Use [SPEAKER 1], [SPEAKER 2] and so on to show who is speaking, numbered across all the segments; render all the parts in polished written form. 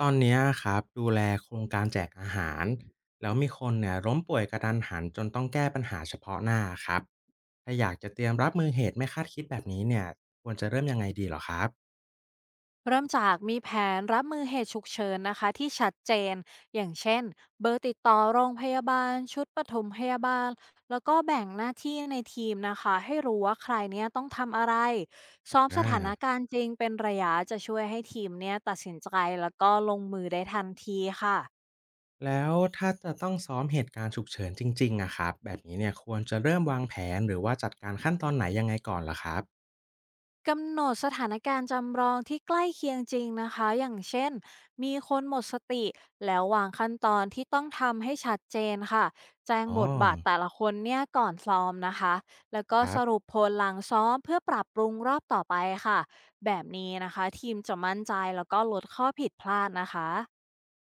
[SPEAKER 1] ตอนเนี้ยครับดูแลโครงการแจกอาหารแล้วมีคนเนี่ยล้มป่วยกระทันหันจนต้องแก้ปัญหาเฉพาะหน้าครับถ้าอยากจะเตรียมรับมือเหตุไม่คาดคิดแบบนี้เนี่ยควรจะเริ่มยังไงดีเหรอครับ
[SPEAKER 2] เริ่มจากมีแผนรับมือเหตุฉุกเฉินนะคะที่ชัดเจนอย่างเช่นเบอร์ติดต่อโรงพยาบาลชุดปฐมพยาบาลแล้วก็แบ่งหน้าที่ในทีมนะคะให้รู้ว่าใครเนี้ยต้องทำอะไรซ้อม
[SPEAKER 1] อ่
[SPEAKER 2] สถาน
[SPEAKER 1] า
[SPEAKER 2] การณ์จริงเป็นระยะจะช่วยให้ทีมเนี้ยตัดสินใจแล้วก็ลงมือได้ทันทีค่ะ
[SPEAKER 1] แล้วถ้าจะต้องซ้อมเหตุการณ์ฉุกเฉินจริงๆอะครับแบบนี้เนี่ยควรจะเริ่มวางแผนหรือว่าจัดการขั้นตอนไหนยังไงก่อนหรอครับ
[SPEAKER 2] กำหนดสถานการณ์จำลองที่ใกล้เคียงจริงนะคะอย่างเช่นมีคนหมดสติแล้ววางขั้นตอนที่ต้องทำให้ชัดเจนค่ะแจ้งบ
[SPEAKER 1] อ๋อ
[SPEAKER 2] ทบาทแต่ละคนเนี่ยก่อนซ้อมนะคะแล้วก็
[SPEAKER 1] ครั
[SPEAKER 2] สรุ
[SPEAKER 1] บ
[SPEAKER 2] ปผลหลังซ้อมเพื่อปรับปรุงรอบต่อไปค่ะแบบนี้นะคะทีมจะมั่นใจแล้วก็ลดข้อผิดพลาดนะคะ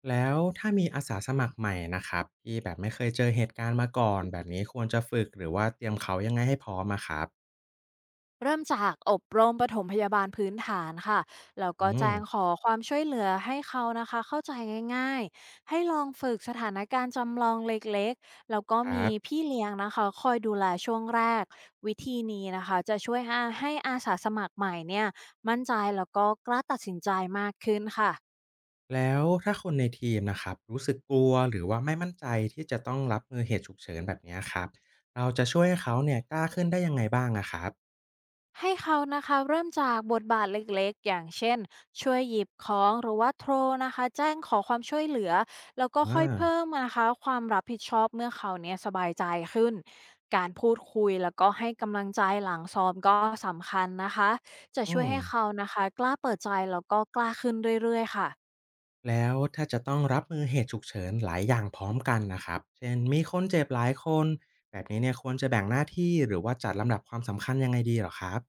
[SPEAKER 1] แล้วถ้ามีอาสาสมัครใหม่นะครับที่แบบไม่เคยเจอเหตุการณ์มาก่อนแบบนี้ควรจะฝึกหรือว่าเตรียมเขายังไงให้พร้อมอะครับ
[SPEAKER 2] เริ่มจากอบรมปฐมพยาบาลพื้นฐานค่ะ แล้ว
[SPEAKER 1] อื
[SPEAKER 2] ก็
[SPEAKER 1] ม
[SPEAKER 2] แจ้งขอความช่วยเหลือให้เขานะคะเข้าใจง่ายๆ ให้ลองฝึกสถานการณ์จำลองเล็กๆ แล้วก็
[SPEAKER 1] ครั
[SPEAKER 2] มี
[SPEAKER 1] บ
[SPEAKER 2] พี่เลี้ยงนะคะคอยดูแลช่วงแรก วิธีนี้นะคะจะช่วยให้อาสาสมัครใหม่เนี่ยมั่นใจแล้วก็กล้าตัดสินใจมากขึ้นค่ะ
[SPEAKER 1] แล้วถ้าคนในทีมนะครับรู้สึกกลัวหรือว่าไม่มั่นใจที่จะต้องรับมือเหตุฉุกเฉินแบบเนี้ยครับเราจะช่วยให้เขาเนี่ยกล้าขึ้นได้ยังไงบ้างอะครับ
[SPEAKER 2] ให้เขานะคะเริ่มจากบทบาทเล็กๆอย่างเช่นช่วยหยิบของหรือว่าโทรนะคะแจ้งขอความช่วยเหลือแล้วก็
[SPEAKER 1] อ่า
[SPEAKER 2] ค่อยเพิ่มนะคะความรับผิดชอบเมื่อเขาเนี่ยสบายใจขึ้นการพูดคุยแล้วก็ให้กำลังใจหลังซ้อมก็สำคัญนะคะจะ
[SPEAKER 1] อื
[SPEAKER 2] ช่วย
[SPEAKER 1] ม
[SPEAKER 2] ให้เขานะคะกล้าเปิดใจแล้วก็กล้าขึ้นเรื่อยๆค่ะ
[SPEAKER 1] แล้วถ้าจะต้องรับมือเหตุฉุกเฉินหลายอย่างพร้อมกันนะครับเช่นมีคนเจ็บหลายคนแบบนี้เนี่ยควรจะแบ่งหน้าที่หรือว่าจัดลำดับความสำคัญยังไงดีเหรอครับ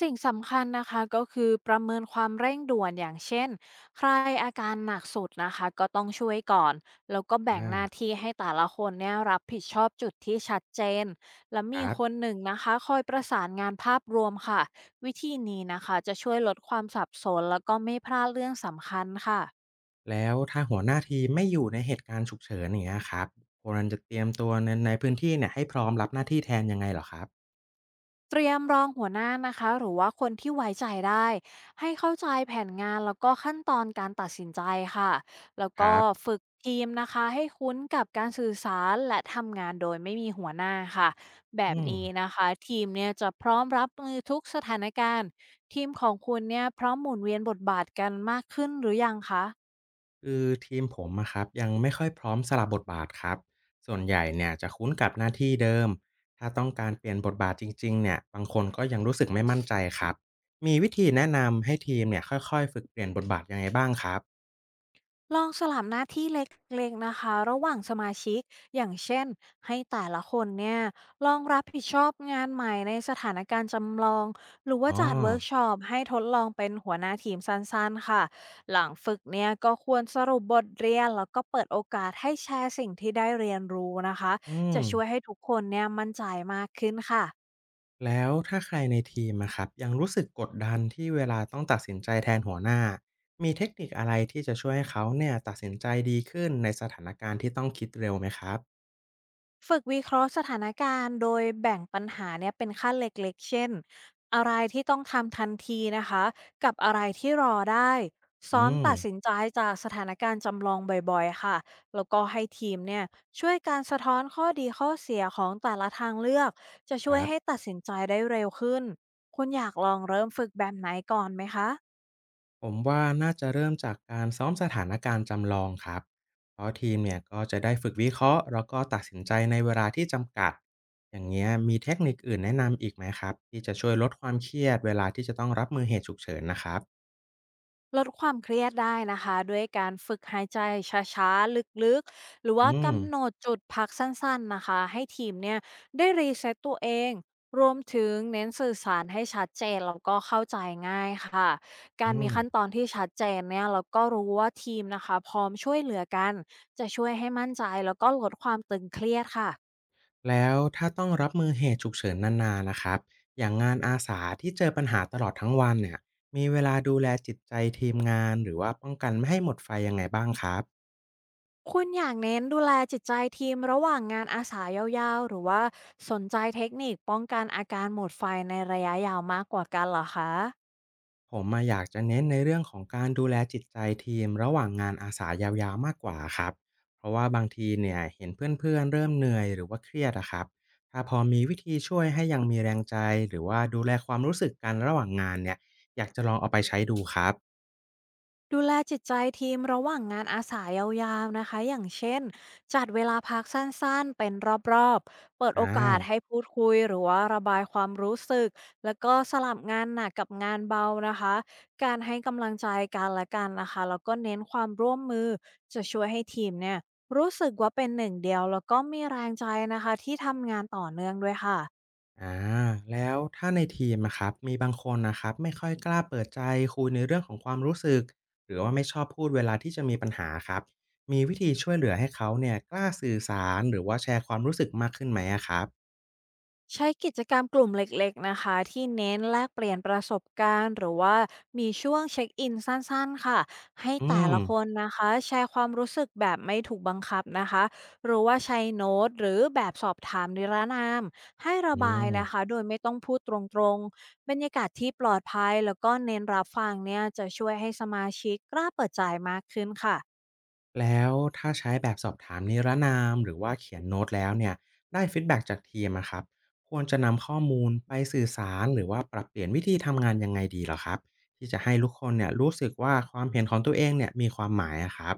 [SPEAKER 2] สิ่งสำคัญนะคะก็คือประเมินความเร่งด่วนอย่างเช่นใครอาการหนักสุดนะคะก็ต้องช่วยก่อนแล้วก็แบ่งห
[SPEAKER 1] อ่า
[SPEAKER 2] น้าที่ให้แต่ละคนเนี่ยรับผิดชอบจุดที่ชัดเจนและ
[SPEAKER 1] ค
[SPEAKER 2] มี
[SPEAKER 1] รั
[SPEAKER 2] คน
[SPEAKER 1] บ
[SPEAKER 2] หนึ่งนะคะคอยประสานงานภาพรวมค่ะวิธีนี้นะคะจะช่วยลดความสับสนแล้วก็ไม่พลาดเรื่องสำคัญค่ะ
[SPEAKER 1] แล้วถ้าหัวหน้าทีมไม่อยู่ในเหตุการณ์ฉุกเฉินอย่างเงี้ยครับควรจะเตรียมตัวในพื้นที่เนี่ยให้พร้อมรับหน้าที่แทนยังไงเหรอครับ
[SPEAKER 2] เตรียมรองหัวหน้านะคะหรือว่าคนที่ไว้ใจได้ให้เข้าใจแผนงานแล้วก็ขั้นตอนการตัดสินใจค่ะแล้ว
[SPEAKER 1] ค
[SPEAKER 2] ก็
[SPEAKER 1] รับ
[SPEAKER 2] ฝึกทีมนะคะให้คุ้นกับการสื่อสารและทำงานโดยไม่มีหัวหน้าค่ะแบบ
[SPEAKER 1] อืม
[SPEAKER 2] นี้นะคะทีมเนี่ยจะพร้อมรับมือทุกสถานการณ์ทีมของคุณเนี่ยพร้อมหมุนเวียนบทบาทกันมากขึ้นหรือยังคะ
[SPEAKER 1] คือทีมผมอะครับยังไม่ค่อยพร้อมสลับบทบาทครับส่วนใหญ่เนี่ยจะคุ้นกับหน้าที่เดิมถ้าต้องการเปลี่ยนบทบาทจริงๆเนี่ยบางคนก็ยังรู้สึกไม่มั่นใจครับมีวิธีแนะนำให้ทีมเนี่ยค่อยๆฝึกเปลี่ยนบทบาทยังไงบ้างครับ
[SPEAKER 2] ลองสลับหน้าที่เล็กๆนะคะระหว่างสมาชิกอย่างเช่นให้แต่ละคนเนี่ยลองรับผิดชอบงานใหม่ในสถานการณ์จำลองหรือว่า
[SPEAKER 1] อ๋อ
[SPEAKER 2] จัดเวิร์กช็อปให้ทดลองเป็นหัวหน้าทีมสั้นๆค่ะหลังฝึกเนี่ยก็ควรสรุปบทเรียนแล้วก็เปิดโอกาสให้แชร์สิ่งที่ได้เรียนรู้นะคะ
[SPEAKER 1] อืม
[SPEAKER 2] จะช่วยให้ทุกคนเนี่ยมั่นใจมากขึ้นค่ะ
[SPEAKER 1] แล้วถ้าใครในทีมอะครับยังรู้สึกกดดันที่เวลาต้องตัดสินใจแทนหัวหน้ามีเทคนิคอะไรที่จะช่วยให้เขาเนี่ยตัดสินใจดีขึ้นในสถานการณ์ที่ต้องคิดเร็วไหมครับ
[SPEAKER 2] ฝึกวิเคราะห์สถานการณ์โดยแบ่งปัญหาเนี่ยเป็นขั้นเล็กๆเช่น อะไรที่ต้องทำทันทีนะคะ กับอะไรที่รอได้
[SPEAKER 1] อื
[SPEAKER 2] ซ้อม
[SPEAKER 1] ม
[SPEAKER 2] ตัดสินใจจากสถานการณ์จำลองบ่อยๆ ค่ะ แล้วก็ให้ทีมเนี่ยช่วยการสะท้อนข้อดีข้อเสียของแต่ละทางเลือก จะช่
[SPEAKER 1] ค
[SPEAKER 2] วย
[SPEAKER 1] รั
[SPEAKER 2] ให้
[SPEAKER 1] บ
[SPEAKER 2] ตัดสินใจได้เร็วขึ้น คุณอยากลองเริ่มฝึกแบบไหนก่อนไหมคะ
[SPEAKER 1] ผมว่าน่าจะเริ่มจากการซ้อมสถานการณ์จำลองครับ เพราะทีมเนี่ยก็จะได้ฝึกวิเคราะห์แล้วก็ตัดสินใจในเวลาที่จำกัด อย่างเงี้ยมีเทคนิคอื่นแนะนำอีกไหมครับที่จะช่วยลดความเครียดเวลาที่จะต้องรับมือเหตุฉุกเฉินนะครับ
[SPEAKER 2] ลดความเครียดได้นะคะด้วยการฝึกหายใจช้าๆลึกๆหรือว่า
[SPEAKER 1] อืม
[SPEAKER 2] กำหนดจุดพักสั้นๆนะคะให้ทีมเนี่ยได้รีเซ็ตตัวเองรวมถึงเน้นสื่อสารให้ชัดเจนแล้วก็เข้าใจง่ายค่ะกา
[SPEAKER 1] อื
[SPEAKER 2] รมี
[SPEAKER 1] ม
[SPEAKER 2] ขั้นตอนที่ชัดเจนเนี่ยแล้วก็รู้ว่าทีมนะคะพร้อมช่วยเหลือกันจะช่วยให้มั่นใจแล้วก็ลดความตึงเครียดค่ะ
[SPEAKER 1] แล้วถ้าต้องรับมือเหตุฉุกเฉินนานๆนะครับอย่างงานอาสาที่เจอปัญหาตลอดทั้งวันเนี่ยมีเวลาดูแลจิตใจทีมงานหรือว่าป้องกันไม่ให้หมดไฟยังไงบ้างครับ
[SPEAKER 2] คุณอยากเน้นดูแลจิตใจทีมระหว่างงานอาสายาวๆหรือว่าสนใจเทคนิคป้องกันอาการหมดไฟในระยะยาวมากกว่ากันเหรอคะ
[SPEAKER 1] ผมมาอยากจะเน้นในเรื่องของการดูแลจิตใจทีมระหว่างงานอาสายาวๆมากกว่าครับเพราะว่าบางทีเนี่ยเห็นเพื่อนๆเริ่มเหนื่อยหรือว่าเครียดอะครับถ้าพอมีวิธีช่วยให้ยังมีแรงใจหรือว่าดูแลความรู้สึกกันระหว่างงานเนี่ยอยากจะลองเอาไปใช้ดูครับ
[SPEAKER 2] ดูแลจิตใจทีมระหว่างงานอาสายาวๆนะคะอย่างเช่นจัดเวลาพักสั้นๆเป็นรอบๆเปิดโอ
[SPEAKER 1] อา
[SPEAKER 2] กาสให้พูดคุยหรือว่าระบายความรู้สึกแล้วก็สลับงานหนักกับงานเบานะคะการให้กำลังใจกันและกันนะคะแล้วก็เน้นความร่วมมือจะช่วยให้ทีมเนี่ยรู้สึกว่าเป็นหนึ่งเดียวแล้วก็มีแรงใจนะคะที่ทำงานต่อเนื่องด้วยค่ะ
[SPEAKER 1] อาแล้วถ้าในทีมนะครับมีบางคนนะครับไม่ค่อยกล้าเปิดใจคุยในเรื่องของความรู้สึกหรือว่าไม่ชอบพูดเวลาที่จะมีปัญหาครับมีวิธีช่วยเหลือให้เขาเนี่ยกล้าสื่อสารหรือว่าแชร์ความรู้สึกมากขึ้นไหมอะครับ
[SPEAKER 2] ใช้กิจกรรมกลุ่มเล็กๆนะคะที่เน้นแลกเปลี่ยนประสบการณ์หรือว่ามีช่วงเช็คอินสั้นๆค่ะให้
[SPEAKER 1] อื
[SPEAKER 2] แต่
[SPEAKER 1] ม
[SPEAKER 2] ละคนนะคะแชร์ความรู้สึกแบบไม่ถูกบังคับนะคะหรือว่าใช้โน้ตหรือแบบสอบถามนิรนามให้ระ
[SPEAKER 1] อื
[SPEAKER 2] บาย
[SPEAKER 1] ม
[SPEAKER 2] นะคะโดยไม่ต้องพูดตรงๆบรรยากาศที่ปลอดภัยแล้วก็เน้นรับฟังเนี่ยจะช่วยให้สมาชิกกล้าเปิดใจมากขึ้นค่ะ
[SPEAKER 1] แล้วถ้าใช้แบบสอบถามนิรนามหรือว่าเขียนโน้ตแล้วเนี่ยได้ฟีดแบ็กจากทีมอะครับควรจะนำข้อมูลไปสื่อสารหรือว่าปรับเปลี่ยนวิธีทำงานยังไงดีเหรอครับที่จะให้ทุกคนเนี่ยรู้สึกว่าความเห็นของตัวเองเนี่ยมีความหมายอะครับ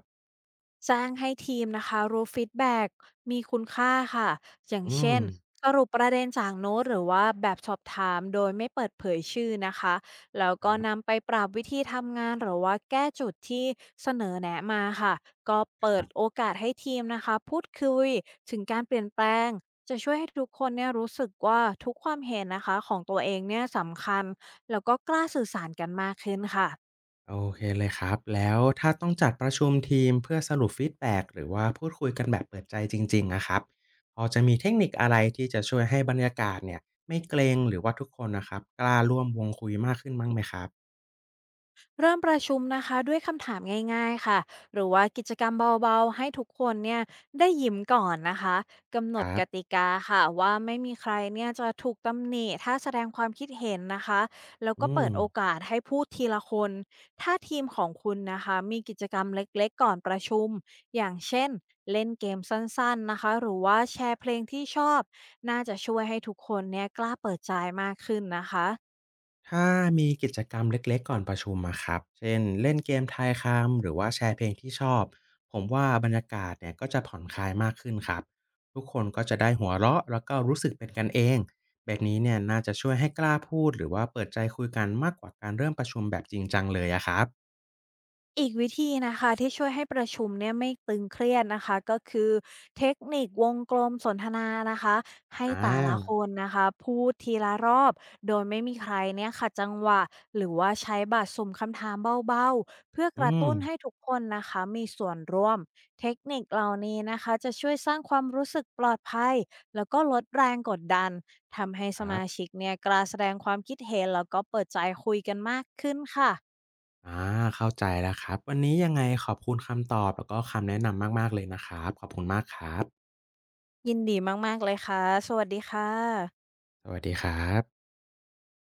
[SPEAKER 2] แจ้งให้ทีมนะคะรู้ฟีดแบ็กมีคุณค่าค่ะอย่าง
[SPEAKER 1] อื
[SPEAKER 2] เช่
[SPEAKER 1] ม
[SPEAKER 2] นสรุปประเด็นจากโน้ตหรือว่าแบบสอบถามโดยไม่เปิดเผยชื่อนะคะแล้วก็นำไปปรับวิธีทำงานหรือว่าแก้จุดที่เสนอแนะมาค่ะก็เปิ
[SPEAKER 1] ค
[SPEAKER 2] ด
[SPEAKER 1] รั
[SPEAKER 2] โอ
[SPEAKER 1] บ
[SPEAKER 2] กาสให้ทีมนะคะพูดคุยถึงการเปลี่ยนแปลงจะช่วยให้ทุกคนเนี่ยรู้สึกว่าทุกความเห็นนะคะของตัวเองเนี่ยสำคัญแล้วก็กล้าสื่อสารกันมากขึ้นค่ะ
[SPEAKER 1] โอเคเลยครับ แล้วถ้าต้องจัดประชุมทีมเพื่อสรุปฟีดแบ็กหรือว่าพูดคุยกันแบบเปิดใจจริงๆนะครับ พอจะมีเทคนิคอะไรที่จะช่วยให้บรรยากาศเนี่ยไม่เกรงหรือว่าทุกคนนะครับกล้าร่วมวงคุยมากขึ้นบ้างไหมครับ
[SPEAKER 2] เริ่มประชุมนะคะด้วยคำถามง่ายๆค่ะหรือว่ากิจกรรมเบาๆให้ทุกคนเนี่ยได้ยิ้มก่อนนะคะกำหน
[SPEAKER 1] ค
[SPEAKER 2] ด
[SPEAKER 1] รั
[SPEAKER 2] กติ
[SPEAKER 1] บ
[SPEAKER 2] กาค่ะว่าไม่มีใครเนี่ยจะถูกตำหนิถ้าแสดงความคิดเห็นนะคะแล้ว
[SPEAKER 1] อื
[SPEAKER 2] ก็เปิ
[SPEAKER 1] ม
[SPEAKER 2] ดโอกาสให้พูดทีละคนถ้าทีมของคุณนะคะมีกิจกรรมเล็กๆก่อนประชุมอย่างเช่นเล่นเกมสั้นๆนะคะหรือว่าแชร์เพลงที่ชอบน่าจะช่วยให้ทุกคนเนี่ยกล้าเปิดใจมากขึ้นนะคะ
[SPEAKER 1] ถ้ามีกิจกรรมเล็กๆก่อนประชุมอะครับเช่นเล่นเกมทายคำหรือว่าแชร์เพลงที่ชอบ ผมว่าบรรยากาศเนี่ยก็จะผ่อนคลายมากขึ้นครับ ทุกคนก็จะได้หัวเราะแล้วก็รู้สึกเป็นกันเองแบบนี้เนี่ยน่าจะช่วยให้กล้าพูดหรือว่าเปิดใจคุยกันมากกว่าการเริ่มประชุมแบบจริงจังเลยอะครับ
[SPEAKER 2] อีกวิธีนะคะที่ช่วยให้ประชุมเนี่ยไม่ตึงเครียดนะคะก็คือเทคนิควงกลมสนทนานะคะให้
[SPEAKER 1] อ่
[SPEAKER 2] แต่ละค
[SPEAKER 1] า
[SPEAKER 2] นนะคะพูดทีละรอบโดยไม่มีใครเนี่ยขัดจังหวะหรือว่าใช้บัตรสุ่มคำถามเบาๆเพื่อก
[SPEAKER 1] อื
[SPEAKER 2] ระ
[SPEAKER 1] ม
[SPEAKER 2] ตุ้นให้ทุกคนนะคะมีส่วนร่วมเทคนิคเหล่านี้นะคะจะช่วยสร้างความรู้สึกปลอดภัยแล้วก็ลดแรงกดดันทำให้
[SPEAKER 1] ค
[SPEAKER 2] ส
[SPEAKER 1] รั
[SPEAKER 2] มา
[SPEAKER 1] บ
[SPEAKER 2] ชิกเนี่ยกล้าแสดงความคิดเห็นแล้วก็เปิดใจคุยกันมากขึ้นค่ะ
[SPEAKER 1] อ่าเข้าใจแล้วครับวันนี้ยังไงขอบคุณคำตอบแล้วก็คำแนะนำมากๆเลยนะครับขอบคุณมากครับ
[SPEAKER 2] ยินดีมากๆเลยค่ะ สวัสดีค่ะ
[SPEAKER 1] สวัสดีครับ